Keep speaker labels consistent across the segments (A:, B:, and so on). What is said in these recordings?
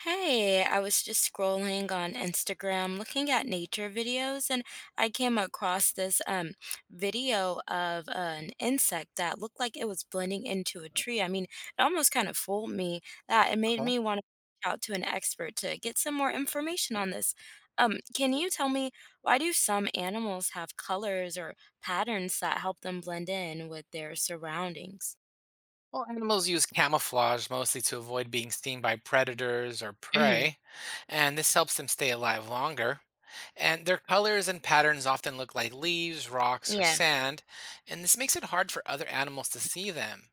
A: Hey, I was just scrolling on Instagram looking at nature videos and I came across this video of an insect that looked like it was blending into a tree. I mean, it almost kind of fooled me that it made
B: Okay.
A: me want to reach out to an expert to get some more information on this. Can you tell me, why do some animals have colors or patterns that help them blend in with their surroundings?
B: Well, animals use camouflage mostly to avoid being seen by predators or
A: Mm-hmm.
B: prey, and this helps them stay alive longer. And their colors and patterns often look like leaves, rocks, or
A: Yeah.
B: sand, and this makes it hard for other animals to see them.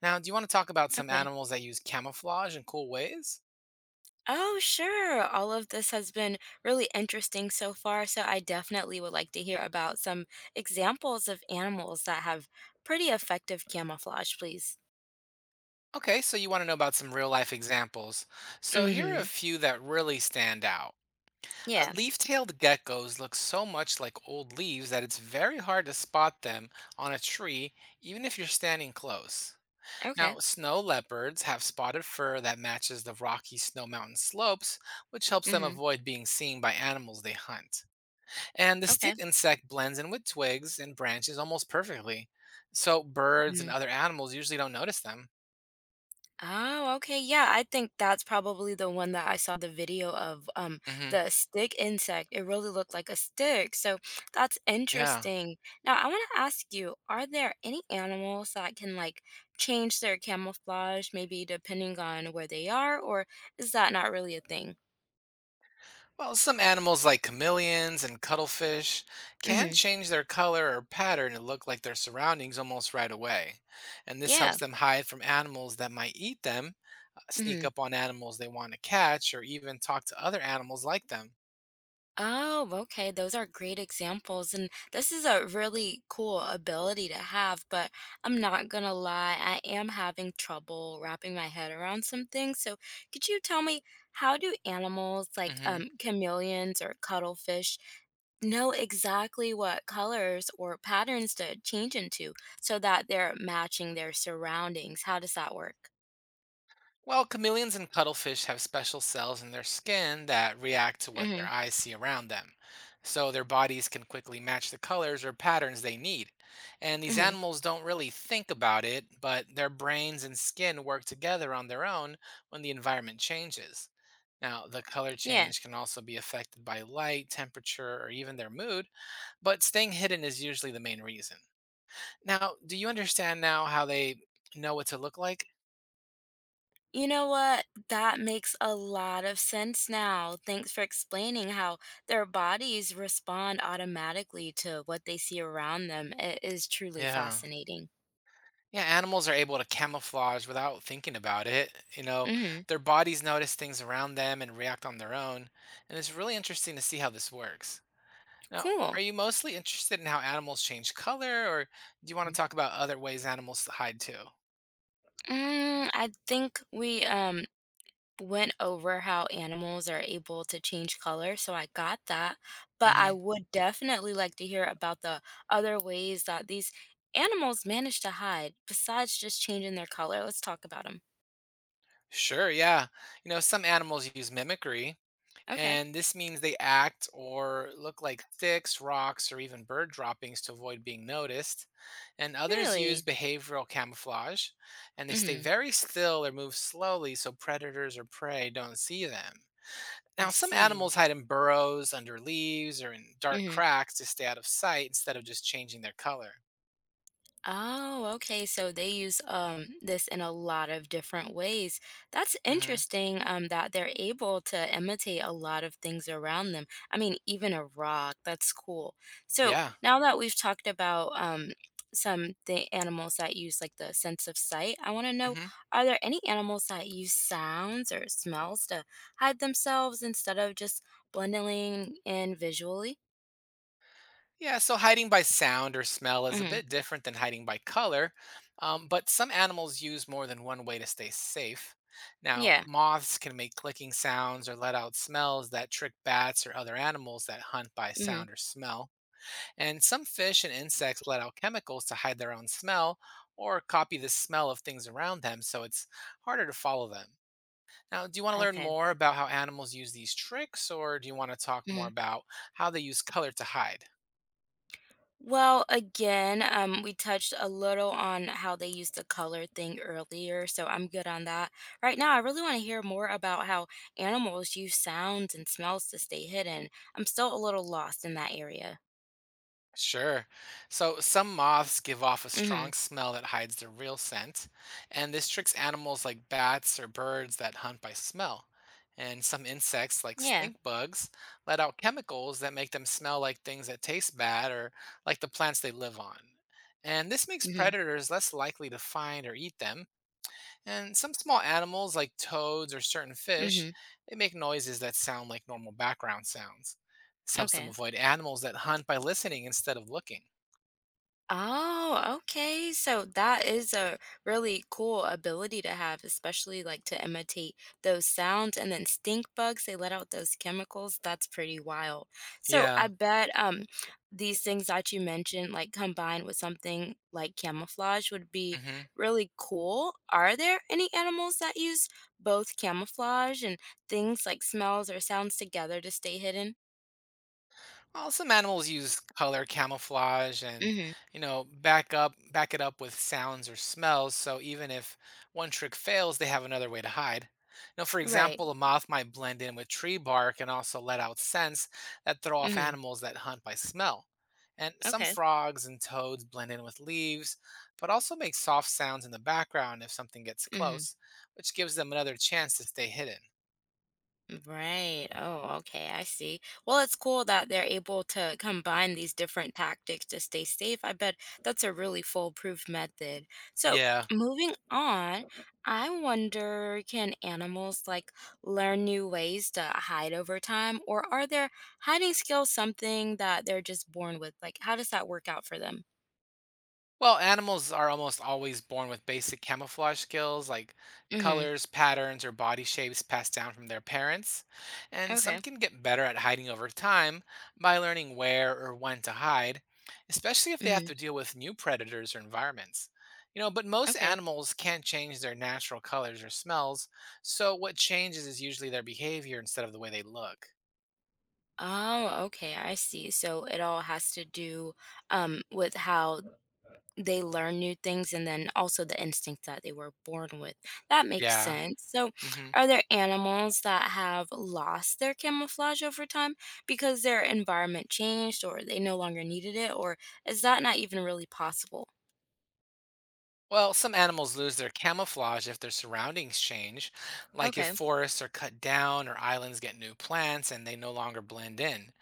B: Now, do you want to talk about some
A: Okay.
B: animals that use camouflage in cool ways?
A: Oh, sure. All of this has been really interesting so far. So, I definitely would like to hear about some examples of animals that have pretty effective camouflage, please.
B: Okay, so you want to know about some real life examples. So
A: Mm
B: here are
A: hmm.
B: a few that really stand out. Uh,
A: Yeah.
B: leaf-tailed geckos look so much like old leaves that it's very hard to spot them on a tree, even if you're standing close.
A: Okay.
B: Now, snow leopards have spotted fur that matches the rocky snow mountain slopes, which helps
A: Mm
B: them
A: hmm.
B: avoid being seen by animals they hunt. And the
A: Okay.
B: stick insect blends in with twigs and branches almost perfectly, so birds and
A: Mhm.
B: other animals usually don't notice them.
A: Oh, okay, yeah, I think that's probably the one that I saw the video of,
B: hmm
A: the stick insect. It really looked like a stick, so that's
B: Yeah.
A: interesting. Now I wanna ask you, are there any animals that can, like, change their camouflage maybe depending on where they are, or is that not really a thing?
B: Well, some animals like chameleons and cuttlefish can
A: Mhm.
B: change their color or pattern to look like their surroundings almost right away. And this helps
A: Yeah,
B: them hide from animals that might eat them, sneak
A: mhm.
B: up on animals they want to catch, or even talk to other animals like them.
A: Oh, okay. Those are great examples. And this is a really cool ability to have, but I'm not gonna lie, I am having trouble wrapping my head around some things. So could you tell me, how do animals like
B: hmm
A: chameleons or cuttlefish know exactly what colors or patterns to change into so that they're matching their surroundings? How does that work?
B: Well, chameleons and cuttlefish have special cells in their skin that react to what
A: Mm-hmm.
B: their eyes see around them. So their bodies can quickly match the colors or patterns they need. And these
A: Mm-hmm.
B: animals don't really think about it, but their brains and skin work together on their own when the environment changes. Now, the color
A: Yeah.
B: change can also be affected by light, temperature, or even their mood, but staying hidden is usually the main reason. Now, do you understand now how they know what to look like?
A: You know what? That makes a lot of sense now. Thanks for explaining how their bodies respond automatically to what they see around them. It is truly
B: Yeah.
A: fascinating.
B: Yeah, animals are able to camouflage without thinking about it.
A: Hmm.
B: Their bodies notice things around them and react on their own. And it's really interesting to see how this works. Now,
A: Cool.
B: are you mostly interested in how animals change color, or do you want to talk about other ways animals hide too?
A: Mm, I think we went over how animals are able to change color, so I got that. But I
B: hmm
A: would definitely like to hear about the other ways that these animals manage to hide besides just changing their color. Let's talk about them.
B: Sure, yeah. Some animals use mimicry.
A: Okay.
B: And this means they act or look like sticks, rocks, or even bird droppings to avoid being noticed. And others use
A: Really?
B: behavioral camouflage, and they stay
A: Mhm.
B: very still or move slowly so predators or prey don't see them.
A: I
B: Now, some
A: see.
B: animals hide in burrows, under leaves, or in dark
A: Mhm.
B: cracks to stay out of sight instead of just changing their color.
A: Oh, okay. So they use this in a lot of different ways. That's
B: hmm
A: interesting that they're able to imitate a lot of things around them. I mean, even a rock. That's cool. So,
B: Yeah.
A: now that we've talked about some the animals that use like the sense of sight, I want to know,
B: Mm-hmm.
A: are there any animals that use sounds or smells to hide themselves instead of just blending in visually?
B: Yeah, so hiding by sound or smell is a
A: Mhm.
B: bit different than hiding by color, but some animals use more than one way to stay safe. Now,
A: Yeah.
B: moths can make clicking sounds or let out smells that trick bats or other animals that hunt by
A: Mhm.
B: sound or smell. And some fish and insects let out chemicals to hide their own smell or copy the smell of things around them, so it's harder to follow them. Now, do you want to learn
A: Okay.
B: more about how animals use these tricks, or do you want to talk more
A: Mhm.
B: about how they use color to hide?
A: Well, again, we touched a little on how they used the color thing earlier, so I'm good on that. Right now, I really want to hear more about how animals use sounds and smells to stay hidden. I'm still a little lost in that area.
B: Sure. So some moths give off a
A: Mm-hmm.
B: strong smell that hides their real scent, and this tricks animals like bats or birds that hunt by smell. And some insects, like
A: Yeah.
B: stink bugs, let out chemicals that make them smell like things that taste bad or like the plants they live on. And this makes
A: Mm-hmm.
B: predators less likely to find or eat them, and some small animals, like toads or certain fish,
A: Mm-hmm.
B: they make noises that sound like normal background sounds. This helps them
A: Okay.
B: avoid animals that hunt by listening instead of looking.
A: Oh, okay. So that is a really cool ability to have, especially like to imitate those sounds, and then stink bugs, they let out those chemicals. That's pretty wild. So I
B: Yeah.
A: bet these things that you mentioned, like combined with something like camouflage, would be
B: hmm
A: really cool. Are there any animals that use both camouflage and things like smells or sounds together to stay hidden?
B: Well, some animals use color camouflage and,
A: Mm-hmm.
B: back it up with sounds or smells, so even if one trick fails, they have another way to hide. Now, for
A: Right.
B: example, a moth might blend in with tree bark and also let out scents that throw off
A: Mm-hmm.
B: animals that hunt by smell. And some
A: Okay.
B: frogs and toads blend in with leaves, but also make soft sounds in the background if something gets
A: Mm-hmm.
B: close, which gives them another chance to stay hidden.
A: Right. Oh, okay. I see. Well, it's cool that they're able to combine these different tactics to stay safe. I bet that's a really foolproof method. So,
B: Yeah.
A: moving on, I wonder, can animals like learn new ways to hide over time, or are their hiding skills something that they're just born with? Like, how does that work out for them?
B: Well, animals are almost always born with basic camouflage skills like
A: Mm
B: colors, patterns, or body shapes passed down from their parents.
A: hmm.
B: And some
A: Okay.
B: can get better at hiding over time by learning where or when to hide, especially if
A: Mm
B: they have
A: hmm.
B: to deal with new predators or environments. But most
A: Okay.
B: animals can't change their natural colors or smells, so what changes is usually their behavior instead of the way they look.
A: Oh, okay. I see. So it all has to do with how they learn new things and then also the instinct that they were born with. That makes
B: Yeah.
A: sense. So,
B: hmm
A: are there animals that have lost their camouflage over time because their environment changed or they no longer needed it? Or is that not even really possible?
B: Well, some animals lose their camouflage if their surroundings change, like if
A: Okay.
B: forests are cut down or islands get new plants and they no longer blend in.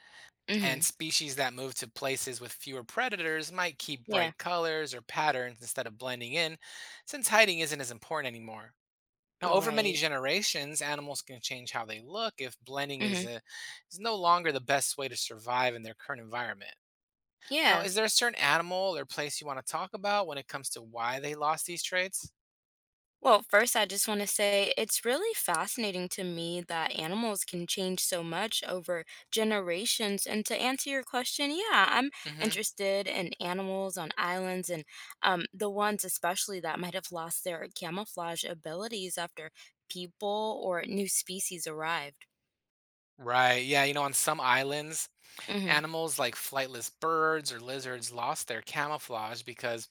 B: And
A: Hmm.
B: species that move to places with fewer predators might keep
A: Yeah.
B: bright colors or patterns instead of blending in, since hiding isn't as important anymore. Now, over many
A: Right.
B: generations, animals can change how they look if blending
A: Hmm.
B: is, a, is no longer the best way to survive in their current environment. Now,
A: Yeah.
B: is there a certain animal or place you want to talk about when it comes to why they lost these traits?
A: Well, first, I just want to say it's really fascinating to me that animals can change so much over generations. And to answer your question, yeah, I'm
B: hmm
A: interested in animals on islands and, the ones especially that might have lost their camouflage abilities after people or new species arrived.
B: Right. Yeah. On some islands,
A: Mm-hmm.
B: animals like flightless birds or lizards lost their camouflage because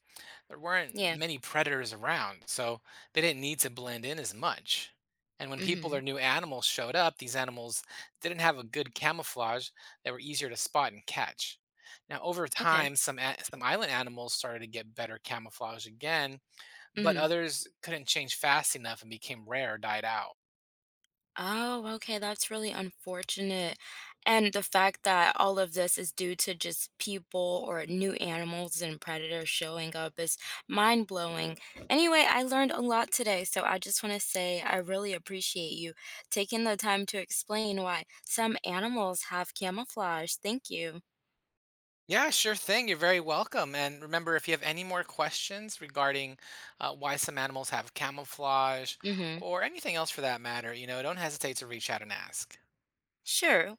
B: there weren't
A: Yeah.
B: many predators around, so they didn't need to blend in as much. And when people
A: Mm-hmm.
B: or new animals showed up, these animals didn't have a good camouflage that were easier to spot and catch. Now, over
A: Okay.
B: time, some island animals started to get better camouflage again, but
A: Mm-hmm.
B: others couldn't change fast enough and became rare or died out.
A: Oh, okay, that's really unfortunate. And the fact that all of this is due to just people or new animals and predators showing up is mind blowing. Anyway, I learned a lot today, so I just want to say I really appreciate you taking the time to explain why some animals have camouflage. Thank you.
B: Yeah, sure thing. You're very welcome. And remember, if you have any more questions regarding why some animals have camouflage
A: Mm-hmm.
B: or anything else for that matter, don't hesitate to reach out and ask.
A: Sure.